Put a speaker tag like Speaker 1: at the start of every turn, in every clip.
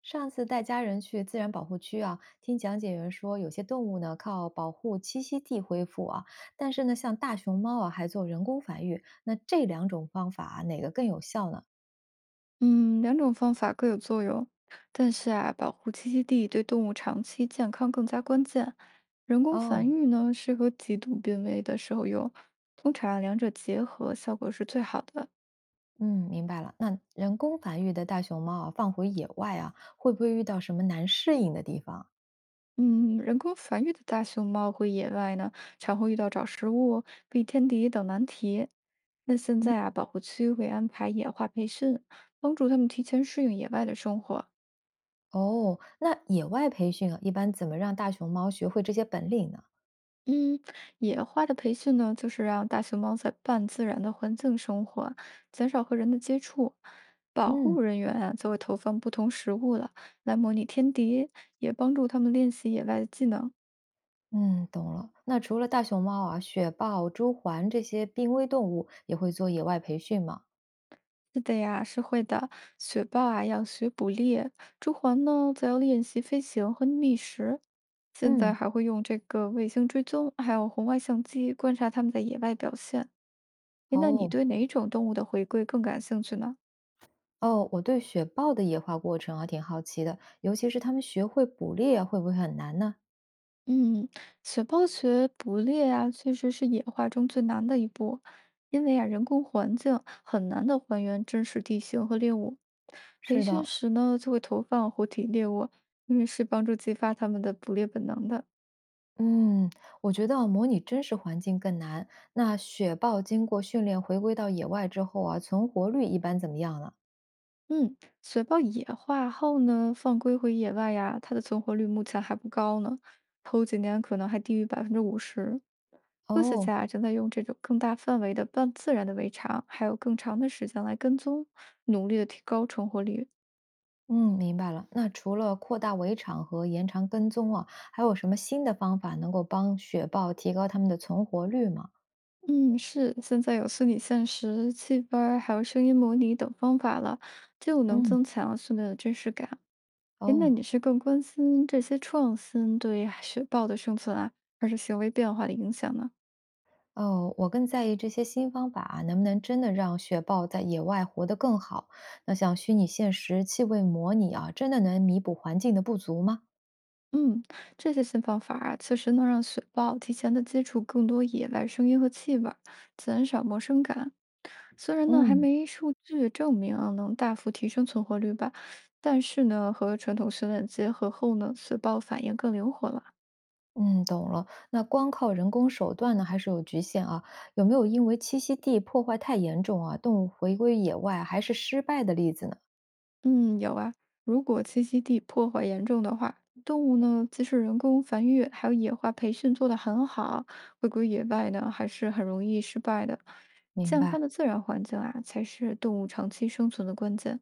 Speaker 1: 上次带家人去自然保护区啊，听讲解员说，有些动物呢靠保护栖息地恢复啊，但是呢，像大熊猫啊，还做人工繁育。那这两种方法啊哪个更有效呢？
Speaker 2: 嗯，两种方法各有作用，但是啊，保护栖息地对动物长期健康更加关键。人工繁
Speaker 1: 哦，
Speaker 2: 育呢，适合极度濒危的时候用，通常两者结合效果是最好的。
Speaker 1: 嗯，明白了。那人工繁育的大熊猫啊，放回野外啊，会不会遇到什么难适应的地方？
Speaker 2: 嗯，人工繁育的大熊猫回野外呢，常会遇到找食物、避天敌等难题。那现在啊，保护区会安排野化培训，帮助它们提前适应野外的生活。
Speaker 1: 哦，那野外培训啊，一般怎么让大熊猫学会这些本领呢？
Speaker 2: 嗯，野花的培训呢，就是让大熊猫在半自然的环境生活，减少和人的接触。保
Speaker 1: 嗯
Speaker 2: 护人员啊，则会投放不同食物了，来模拟天敌，也帮助他们练习野外的技能。
Speaker 1: 嗯，懂了。那除了大熊猫啊、雪豹、朱鹮这些濒危动物，也会做野外培训吗？
Speaker 2: 是的呀，是会的。雪豹啊，要学捕猎；朱鹮呢，则要练习飞行和觅食。现在
Speaker 1: 嗯，
Speaker 2: 还会用这个卫星追踪，还有红外相机观察它们在野外表现。诶，那你
Speaker 1: 哦
Speaker 2: 对哪种动物的回归更感兴趣呢？
Speaker 1: 哦，我对雪豹的野化过程啊挺好奇的，尤其是它们学会捕猎啊会不会很难呢？
Speaker 2: 嗯，雪豹学捕猎啊，确实是野化中最难的一步，因为啊，人工环境很难的还原真实地形和猎物。培
Speaker 1: 是
Speaker 2: 训
Speaker 1: 的，
Speaker 2: 时呢，就会投放活体猎物，因为是帮助激发它们的捕猎本能的。
Speaker 1: 嗯，我觉得啊模拟真实环境更难。那雪豹经过训练回归到野外之后啊，存活率一般怎么样呢？
Speaker 2: 嗯，雪豹野化后呢，放归回野外呀，它的存活率目前还不高呢，头几年可能还低于50%。科学家
Speaker 1: 哦，
Speaker 2: 啊正在用这种更大范围的半自然的围场，还有更长的时间来跟踪，努力的提高存活率。
Speaker 1: 嗯，明白了。那除了扩大围场和延长跟踪啊，还有什么新的方法能够帮雪豹提高它们的存活率吗？
Speaker 2: 嗯，是，现在有虚拟现实、气味儿，还有声音模拟等方法了，就能
Speaker 1: 嗯，
Speaker 2: 增强训练的真实感。哎，那你
Speaker 1: 哦
Speaker 2: 是更关心这些创新对雪豹的生存啊，还是行为变化的影响呢？
Speaker 1: 哦，我更在意这些新方法啊能不能真的让雪豹在野外活得更好。那像虚拟现实、气味模拟啊，真的能弥补环境的不足吗？
Speaker 2: 嗯，这些新方法啊，确实能让雪豹提前的接触更多野外声音和气味儿，减少陌生感。虽然呢还
Speaker 1: 嗯，
Speaker 2: 没数据证明啊能大幅提升存活率吧，但是呢和传统训练结合后呢，雪豹反应更灵活了。
Speaker 1: 嗯，懂了。那光靠人工手段呢，还是有局限啊？有没有因为栖息地破坏太严重啊，动物回归野外还是失败的例子呢？
Speaker 2: 嗯，有啊。如果栖息地破坏严重的话，动物呢，即使人工繁育还有野化培训做得很好，回归野外呢，还是很容易失败的。
Speaker 1: 明
Speaker 2: 健康
Speaker 1: 白。
Speaker 2: 的自然环境啊，才是动物长期生存的关键。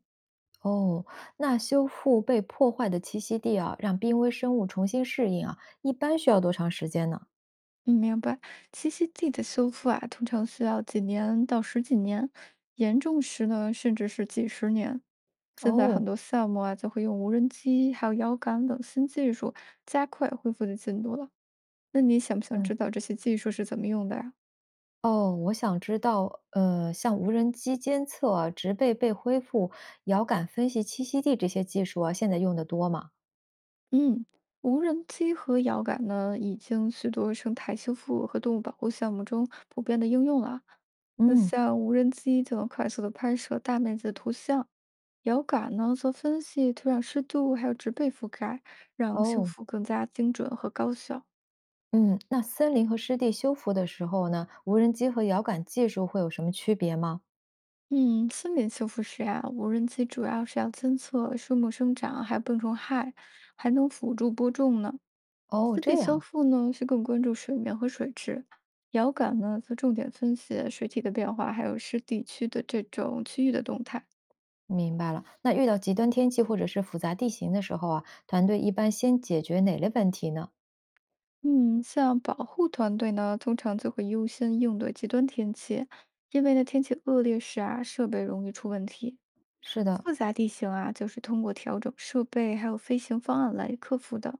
Speaker 1: 哦，那修复被破坏的栖息地啊，让濒危生物重新适应啊，一般需要多长时间呢？
Speaker 2: 嗯，明白。栖息地的修复啊，通常需要几年到十几年，严重时呢，甚至是几十年。现在
Speaker 1: 哦，
Speaker 2: 很多项目啊，就会用无人机、还有遥感等新技术，加快恢复的进度了。那你想不想
Speaker 1: 嗯，
Speaker 2: 知道这些技术是怎么用的呀？
Speaker 1: 哦，我想知道，像无人机监测啊、植被被恢复、遥感分析栖息地这些技术啊，现在用的多吗？
Speaker 2: 嗯，无人机和遥感呢，已经许多生态修复和动物保护项目中普遍的应用了。那
Speaker 1: 嗯，
Speaker 2: 像无人机就能快速的拍摄大面积的图像，遥感呢则分析土壤湿度还有植被覆盖，让修
Speaker 1: 哦，
Speaker 2: 复更加精准和高效。
Speaker 1: 嗯，那森林和湿地修复的时候呢，无人机和遥感技术会有什么区别吗？
Speaker 2: 嗯，森林修复时啊，无人机主要是要监测树木生长还有病虫害，还能辅助播种呢。
Speaker 1: 哦，
Speaker 2: 湿
Speaker 1: 这
Speaker 2: 地修
Speaker 1: 样。
Speaker 2: 复呢是更关注水面和水质，遥感呢则重点分析水体的变化，还有湿地区的这种区域的动态。
Speaker 1: 明白了，那遇到极端天气或者是复杂地形的时候啊，团队一般先解决哪类问题呢？
Speaker 2: 嗯，像保护团队呢，通常就会优先应对极端天气，因为呢天气恶劣时啊，设备容易出问题。
Speaker 1: 是的，
Speaker 2: 复杂地形啊，就是通过调整设备还有飞行方案来克服的。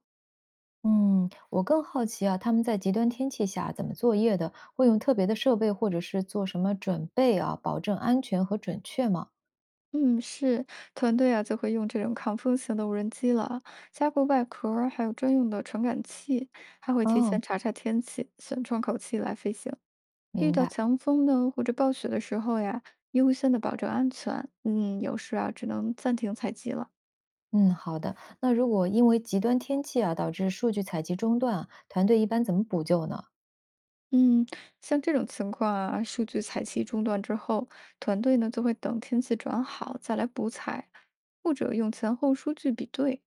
Speaker 1: 嗯，我更好奇啊，他们在极端天气下怎么作业的？会用特别的设备，或者是做什么准备啊，保证安全和准确吗？
Speaker 2: 嗯，是，团队啊就会用这种抗风型的无人机了，加固外壳儿还有专用的传感器，还会提
Speaker 1: 哦，
Speaker 2: 前查查天气，选窗口期来飞行。遇
Speaker 1: 明
Speaker 2: 到
Speaker 1: 白。
Speaker 2: 强风呢或者暴雪的时候呀，优先的保证安全。嗯，有时啊只能暂停采集了。
Speaker 1: 嗯，好的。那如果因为极端天气啊，导致数据采集中断啊团队一般怎么补救呢？
Speaker 2: 嗯，像这种情况啊，数据采集中断之后，团队呢就会等天气转好再来补采，或者用前后数据比对。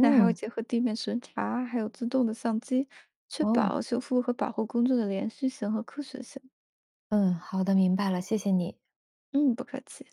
Speaker 2: 那还会结合地面巡查，还有自动的相机，确
Speaker 1: 哦，
Speaker 2: 保修复和保护工作的连续性和科学性。
Speaker 1: 嗯，好的，明白了，谢谢你。
Speaker 2: 嗯，不客气。